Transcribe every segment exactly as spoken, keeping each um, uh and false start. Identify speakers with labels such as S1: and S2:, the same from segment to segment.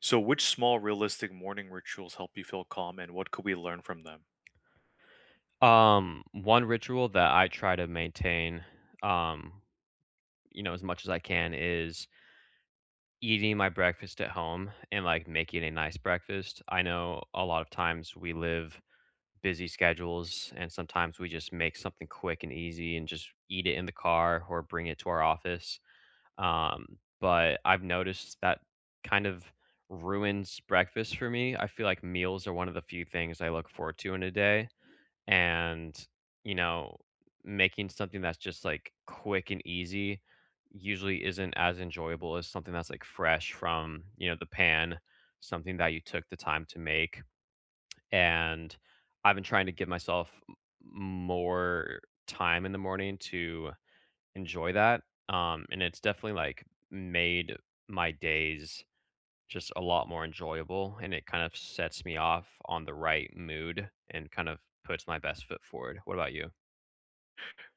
S1: So, which small realistic morning rituals help you feel calm and what could we learn from them?
S2: Um, one ritual that I try to maintain, um, you know, as much as I can is eating my breakfast at home and like making a nice breakfast. I know a lot of times we live busy schedules and sometimes we just make something quick and easy and just eat it in the car or bring it to our office. Um, but I've noticed that kind of ruins breakfast for me. I feel like meals are one of the few things I look forward to in a day and you know making something that's just like quick and easy usually isn't as enjoyable as something that's like fresh from you know the pan, something that you took the time to make. And I've been trying to give myself m- more time in the morning to enjoy that. Um and it's definitely like made my days just a lot more enjoyable, and it kind of sets me off on the right mood and kind of puts my best foot forward. What about you?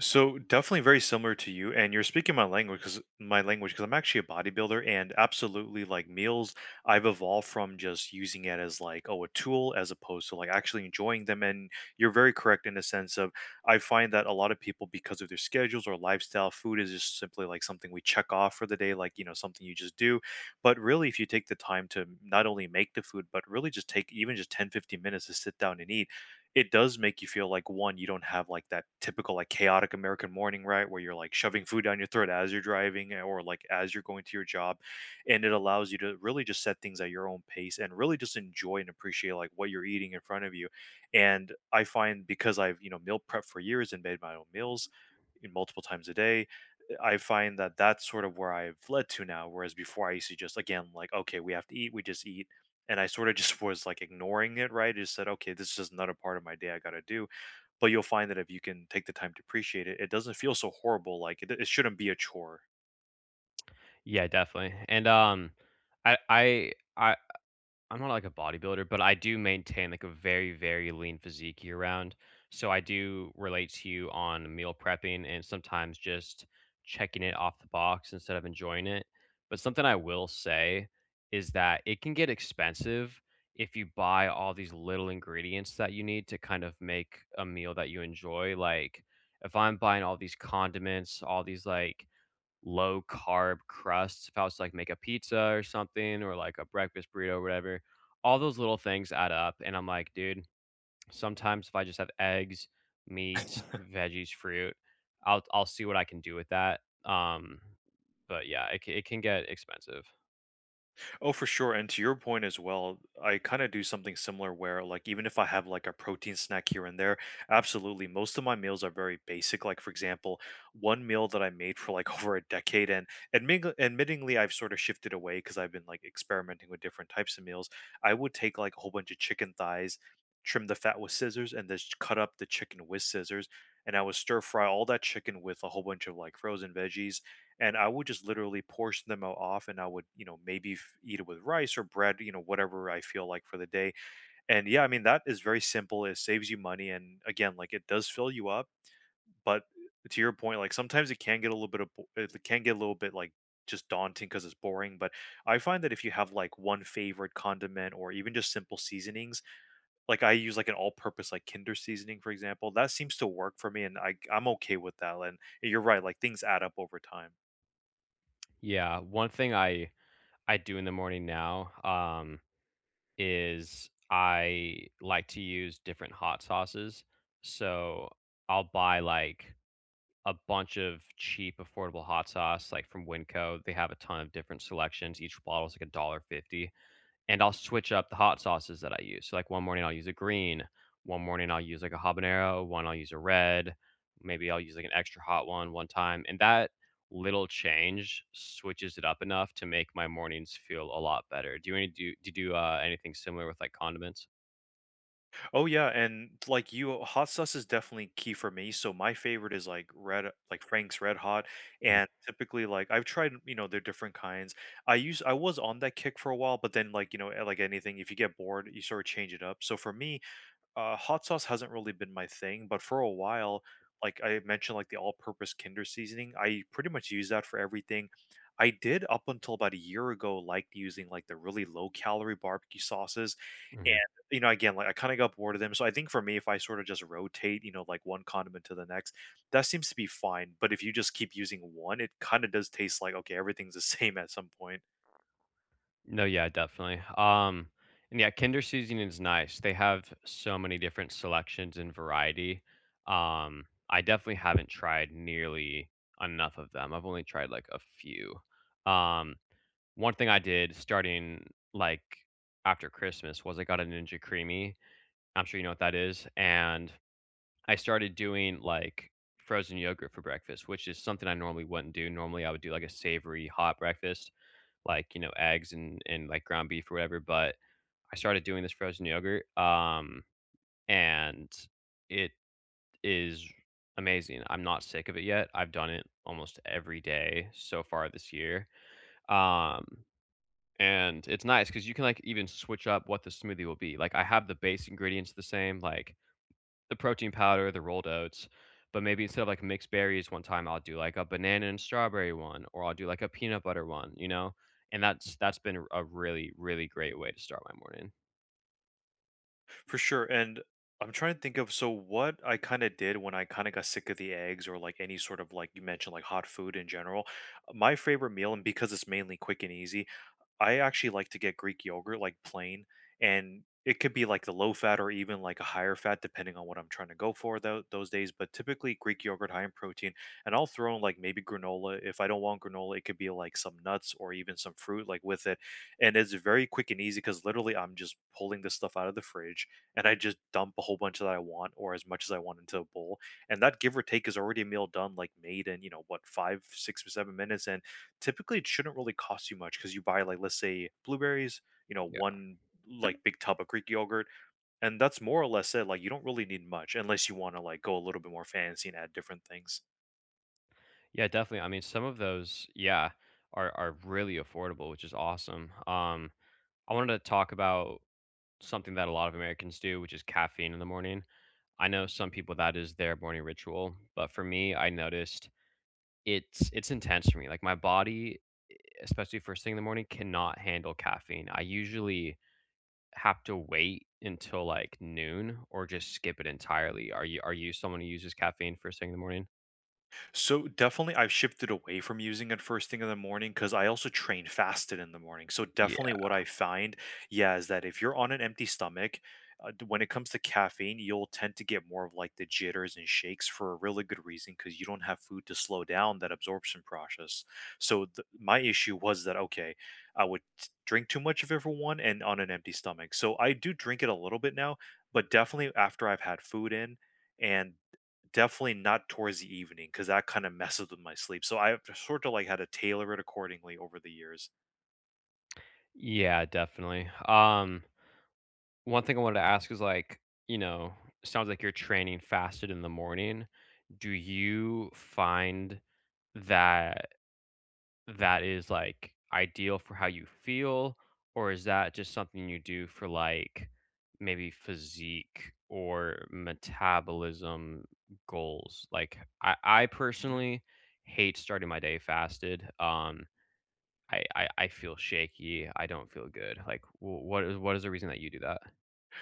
S1: So definitely very similar to you, and you're speaking my language because my language because I'm actually a bodybuilder, and absolutely like meals, I've evolved from just using it as like oh a tool as opposed to like actually enjoying them. And you're very correct in the sense of I find that a lot of people because of their schedules or lifestyle, food is just simply like something we check off for the day, like you know something you just do. But really, if you take the time to not only make the food, but really just take even just ten, fifteen minutes to sit down and eat it does make you feel like one, you don't have like that typical like chaotic American morning, right? Where you're like shoving food down your throat as you're driving eh, or like as you're going to your job. And it allows you to really just set things at your own pace and really just enjoy and appreciate like what you're eating in front of you. And I find because I've, you know, meal prep for years and made my own meals you multiple times a day, I find that that's sort of where I've led to now. Whereas before I used to just, again, like, okay, we have to eat, we just eat and I sort of just was like ignoring it, right? Just said, okay, this is just another part of my day I got to do. But you'll find that if you can take the time to appreciate it, it doesn't feel so horrible. Like it, it shouldn't be a chore.
S2: Yeah, definitely. And, um, I I I'm not like a bodybuilder, but I do maintain like a very, very lean physique year round. So I do relate to you on meal prepping and sometimes just checking it off the box instead of enjoying it. But something I will say is that it can get expensive if you buy all these little ingredients that you need to kind of make a meal that you enjoy. Like if I'm buying all these condiments, all these like low carb crusts, if I was to, like, make a pizza or something or, like, a breakfast burrito or whatever, all those little things add up, and I'm like, "Dude, sometimes if I just have eggs, meat, veggies, fruit, I'll I'll see what I can do with that." Um, but yeah, it c it can get expensive.
S1: Oh, for sure. And to your point as well, I kind of do something similar where, like, even if I have like a protein snack here and there, absolutely. Most of my meals are very basic. Like, for example, one meal that I made for like over a decade, and admitting, admittingly, I've sort of shifted away because I've been like experimenting with different types of meals. I would take like a whole bunch of chicken thighs, trim the fat with scissors, and just cut up the chicken with scissors. And I would stir fry all that chicken with a whole bunch of like frozen veggies and I would just literally portion them out off, and I would, you know, maybe f- eat it with rice or bread, you know, whatever I feel like for the day. And yeah, I mean that is very simple. It saves you money, and again, like it does fill you up. But to your point, like sometimes it can get a little bit of bo- it can get a little bit like just daunting because it's boring. But I find that if you have like one favorite condiment or even just simple seasonings, like I use like an all-purpose like Kinder seasoning, for example, that seems to work for me, and I I'm okay with that. And you're right, like things add up over time.
S2: Yeah, one thing I I do in the morning now, um is I like to use different hot sauces. So I'll buy like a bunch of cheap, affordable hot sauce, like from Winco. They have a ton of different selections. Each bottle is like a dollar fifty. And I'll switch up the hot sauces that I use. So, like, one morning I'll use a green, one morning I'll use, like, a habanero, one I'll use a red, maybe I'll use, like, an extra hot one one time, and that little change switches it up enough to make my mornings feel a lot better. Do you any do do you do, uh, anything similar with, like, condiments?
S1: Oh yeah, and like you, hot sauce is definitely key for me. So my favorite is like red, like Frank's Red Hot,
S2: Mm.
S1: and typically like I've tried, you know, their different kinds. I use I was on that kick for a while, but then like you know, eh, like anything, if you get bored, you sort of change it up. So for me, uh, hot sauce hasn't really been my thing, but for a while, like I mentioned, like the all-purpose Kinder seasoning, I pretty much use that for everything. I did up until about a year ago like using like the really low-calorie barbecue sauces, and
S2: Mhm.
S1: you know, again, like I kind of got bored of them. So I think for me, if I sort of just rotate, you know, like one condiment to the next, that seems to be fine. But if you just keep using one, it kind of does taste like okay, everything's the same at some point.
S2: No, yeah, definitely. Um, and yeah, Kinder seasoning is nice. They have so many different selections and variety. Um, I definitely haven't tried nearly enough of them. I've only tried like a few. Um, One thing I did starting like after Christmas was I got a Ninja Creamy. I'm sure you know what that is. And I started doing like frozen yogurt for breakfast, which is something I normally wouldn't do. Normally I would do like a savory hot breakfast like, you know, eggs and and like ground beef or whatever, but I started doing this frozen yogurt, um, and it is amazing. I'm not sick of it yet. I've done it almost every day so far this year. Um, and it's nice because you can like even switch up what the smoothie will be. Like I have the base ingredients the same, like the protein powder, the rolled oats, but maybe instead of, like, mixed berries one time, I'll do, like, a banana and strawberry one, or I'll do, like, a peanut butter one, you know? And that's that's been a really, really great way to start my morning.
S1: For sure, and I'm trying to think of so what I kinda did when I kinda got sick of the eggs or, like, any sort of, like you mentioned, like, hot food in general. My favorite meal, and because it's mainly quick and easy, I actually like to get Greek yogurt, like plain, and it could be like the low fat or even like a higher fat, depending on what I'm trying to go for tho- those days. But typically, Greek yogurt high in protein, and I'll throw in like maybe granola. If I don't want granola, it could be like some nuts or even some fruit, like with it. And it's very quick and easy because literally I'm just pulling this stuff out of the fridge and I just dump a whole bunch that I want or as much as I want into a bowl. And that give or take is already a meal done, like made in, you know, what, five, six, or seven minutes. And typically, it shouldn't really cost you much because you buy like let's say blueberries, you know,
S2: Yeah.
S1: one like big tub of Greek yogurt, and that's more or less it. Like you don't really need much unless you want to like go a little bit more fancy and add different things.
S2: Yeah, definitely, I mean, some of those, yeah, are are really affordable, which is awesome. Um, I wanted to talk about something that a lot of Americans do, which is caffeine in the morning. I know some people that is their morning ritual, but for me, I noticed it's it's intense for me, like, my body especially first thing in the morning, cannot handle caffeine. I usually have to wait until like noon or just skip it entirely. Are you are you someone who uses caffeine first thing in the morning?
S1: So definitely, I've shifted away from using it first thing in the morning because I also train fasted in the morning. So
S2: Yeah.
S1: definitely, what I find, yeah, is that if you're on an empty stomach, uh, d- when it comes to caffeine, you'll tend to get more of like the jitters and shakes for a really good reason because you don't have food to slow down that absorption process. So th- my issue was that okay, I would t- drink too much of it for one and on an empty stomach. So I do drink it a little bit now, but definitely after I've had food in. And definitely not towards the evening, because that kinda messes with my sleep, so I've sort of, like, had to tailor it accordingly over the years.
S2: Yeah, definitely. Um one thing I wanted to ask is like, you know, sounds like you're training fasted in the morning. Do you find that that is like ideal for how you feel or is that just something you do for like maybe physique or metabolism goals? Like i, I
S1: Mhm.
S2: personally hate starting my day fasted. um I, I I feel shaky, I don't feel good. Like wh- what is what is the reason that you do that?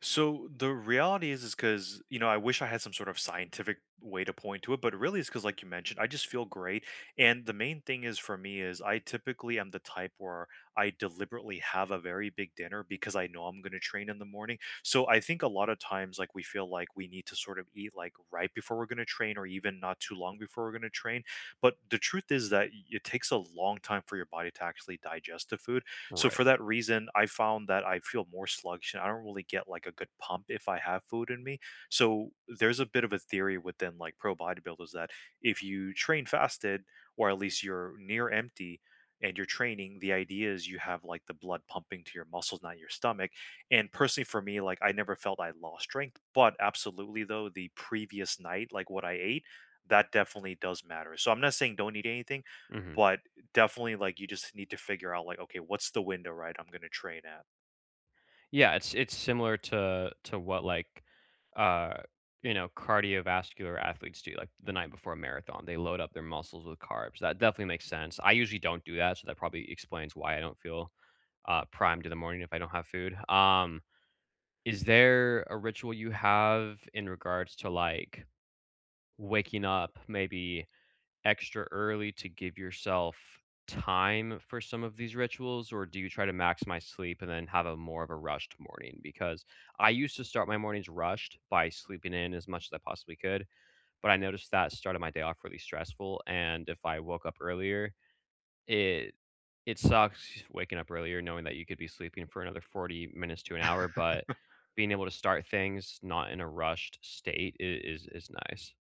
S1: So the reality is, is because you know, I wish I had some sort of scientific way to point to it, but really, it's because, like you mentioned, I just feel great. And the main thing is for me is I typically am the type where I deliberately have a very big dinner because I know I'm going to train in the morning. So I think a lot of times, like we feel like we need to sort of eat like right before we're going to train, or even not too long before we're going to train. But the truth is that y- it takes a long time for your body to actually digest the food. So
S2: Right.
S1: for that reason, I found that I feel more sluggish and I don't really get like a good pump if I have food in me. So there's a bit of a theory within like pro bodybuilders that if you train fasted or at least you're near empty and you're training, the idea is you have like the blood pumping to your muscles, not your stomach. And personally for me, like I never felt I lost strength, but absolutely though, the previous night, like what I ate, that definitely does matter. So I'm not saying don't eat anything,
S2: Hmm.
S1: but definitely, like, you just need to figure out, like, okay, what's the window, right, I'm gonna train at?
S2: Yeah, it's it's similar to to what like uh you know cardiovascular athletes do, like the night before a marathon they load up their muscles with carbs. That definitely makes sense. I usually don't do that, so that probably explains why I don't feel uh, primed in the morning if I don't have food. Um is there a ritual you have in regards to like waking up maybe extra early to give yourself time for some of these rituals, or do you try to maximize sleep and then have a more of a rushed morning? Because I used to start my mornings rushed by sleeping in as much as I possibly could, but I noticed that started my day off really stressful. And if I woke up earlier, it it sucks waking up earlier knowing that you could be sleeping for another forty minutes to an hour, but being able to start things not in a rushed state i- is is nice.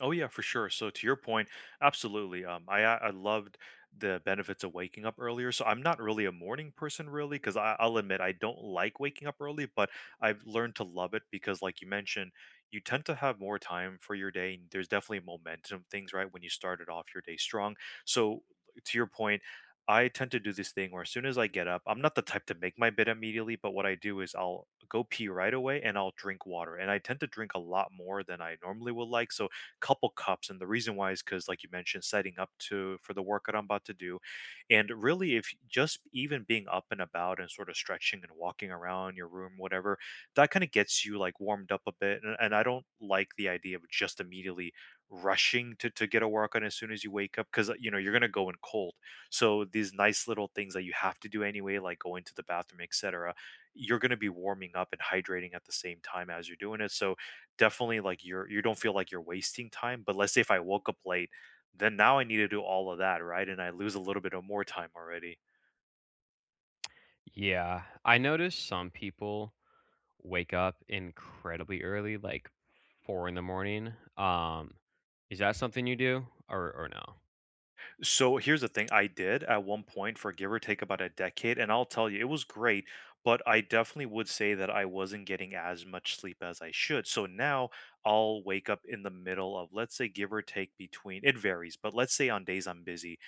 S1: Oh yeah, for sure. So to your point, absolutely. Um, I I I loved the benefits of waking up earlier. So I'm not really a morning person, really, because I'll admit I don't like waking up early, but I've learned to love it because, like you mentioned, you tend to have more time for your day. And there's definitely momentum things, right? When you started off your day strong. So to your point. I tend to do this thing where as soon as I get up, I'm not the type to make my bed immediately, but what I do is I'll go pee right away and I'll drink water. And I tend to drink a lot more than I normally would like. So couple cups. And the reason why is because, like you mentioned, setting up to for the workout I'm about to do. And really, if just even being up and about and sort of stretching and walking around your room, whatever, that kind of gets you like warmed up a bit. And, and I don't like the idea of just immediately rushing to, to get a workout as soon as you wake up because you know you're going to go in cold so these nice little things that you have to do anyway like going to the bathroom etc you're going to be warming up and hydrating at the same time as you're doing it so definitely like you're you don't feel like you're wasting time. But let's say if I woke up late, then now I need to do all of that, right? And I lose a little bit of more time already.
S2: Yeah, I noticed some people wake up incredibly early, like four in the morning. Um, is that something you do or or no?
S1: So here's the thing I did at one point for give or take about a decade, and I'll tell you, it was great, but I definitely would say that I wasn't getting as much sleep as I should. So now I'll wake up in the middle of, let's say, give or take between, it varies, but let's say on days I'm busy,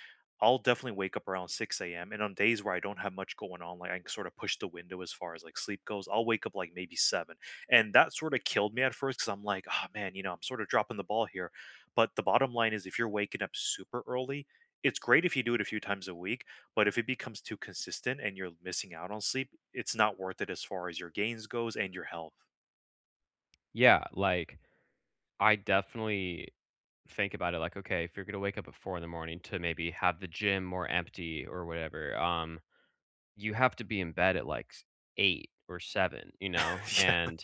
S1: I'll definitely wake up around six a m. And on days where I don't have much going on, like I can sort of push the window as far as like sleep goes, I'll wake up like maybe seven. And that sort of killed me at first because I'm like, oh man, you know, I'm sort of dropping the ball here. But the bottom line is if you're waking up super early, it's great if you do it a few times a week, but if it becomes too consistent and you're missing out on sleep, it's not worth it as far as your gains goes and your health.
S2: Yeah, like I definitely think about it like, okay, if you're gonna wake up at four in the morning to maybe have the gym more empty or whatever, um, you have to be in bed at like s- eight or seven, you know? And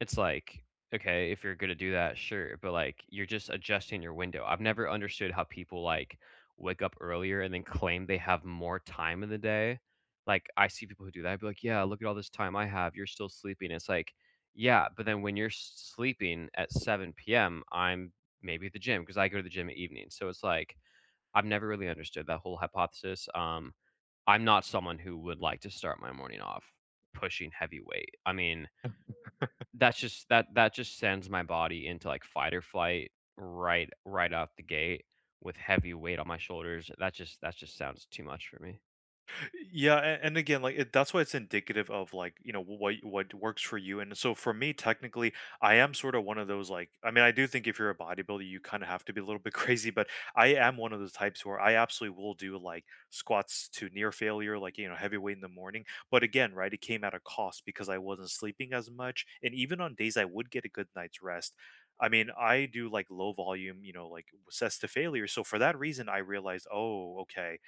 S2: it's like, okay, if you're gonna do that, sure, but, like, you're just adjusting your window. I've never understood how people, like, wake up earlier and then claim they have more time in the day. Like, I see people who do that, I'd be like, "Yeah, look at all this time I have, you're still sleeping." It's like, yeah, but then when you're s sleeping at seven p m, I'm maybe at the gym because I go to the gym at evening, so it's like, I've never really understood that whole hypothesis. um, I'm not someone who would like to start my morning off pushing heavy weight. I mean that's just that that just sends my body into, like, fight or flight, right right out the gate with heavy weight on my shoulders. That just that just sounds too much for me.
S1: Yeah, a- and again, like it, that's why it's indicative of like you know what what works for you. And so for me, technically, I am sort of one of those like I mean, I do think if you're a bodybuilder, you kind of have to be a little bit crazy. But I am one of those types where I absolutely will do like squats to near failure, like you know heavy weight in the morning. But again, right, it came at a cost because I wasn't sleeping as much, and even on days I would get a good night's rest. I mean, I do like low volume, you know, like sets to failure. So for that reason, I realized, oh, okay.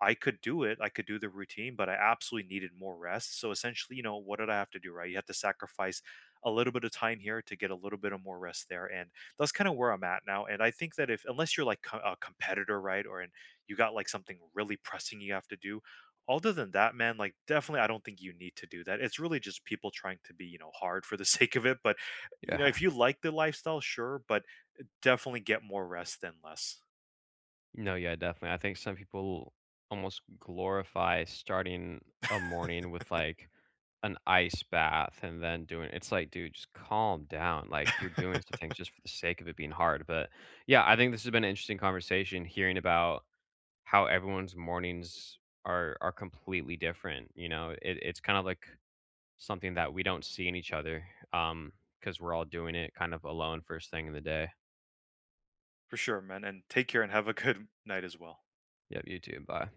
S1: I could do it. I could do the routine, but I absolutely needed more rest. So essentially, you know, what did I have to do? Right. You have to sacrifice a little bit of time here to get a little bit of more rest there. And that's kind of where I'm at now. And I think that if, unless you're like co- a competitor, right, or and you got like something really pressing you have to do, other than that, man, like definitely, I don't think you need to do that. It's really just people trying to be, you know, hard for the sake of it. But, you know,
S2: Yeah.
S1: if you like the lifestyle, sure, but definitely get more rest than less
S2: No, yeah, definitely. I think some people almost glorify starting a morning with, like, an ice bath and then doing it's like, "Dude, just calm down." Like, you're doing some things just for the sake of it being hard, but, yeah, I think this has been an interesting conversation hearing about how everyone's mornings are are completely different. You know, it, it's kind of like something that we don't see in each other, um, because we're all doing it kind of alone first thing in the day.
S1: for sure, man. And take care and have a good night as well.
S2: Yep, you too. Bye.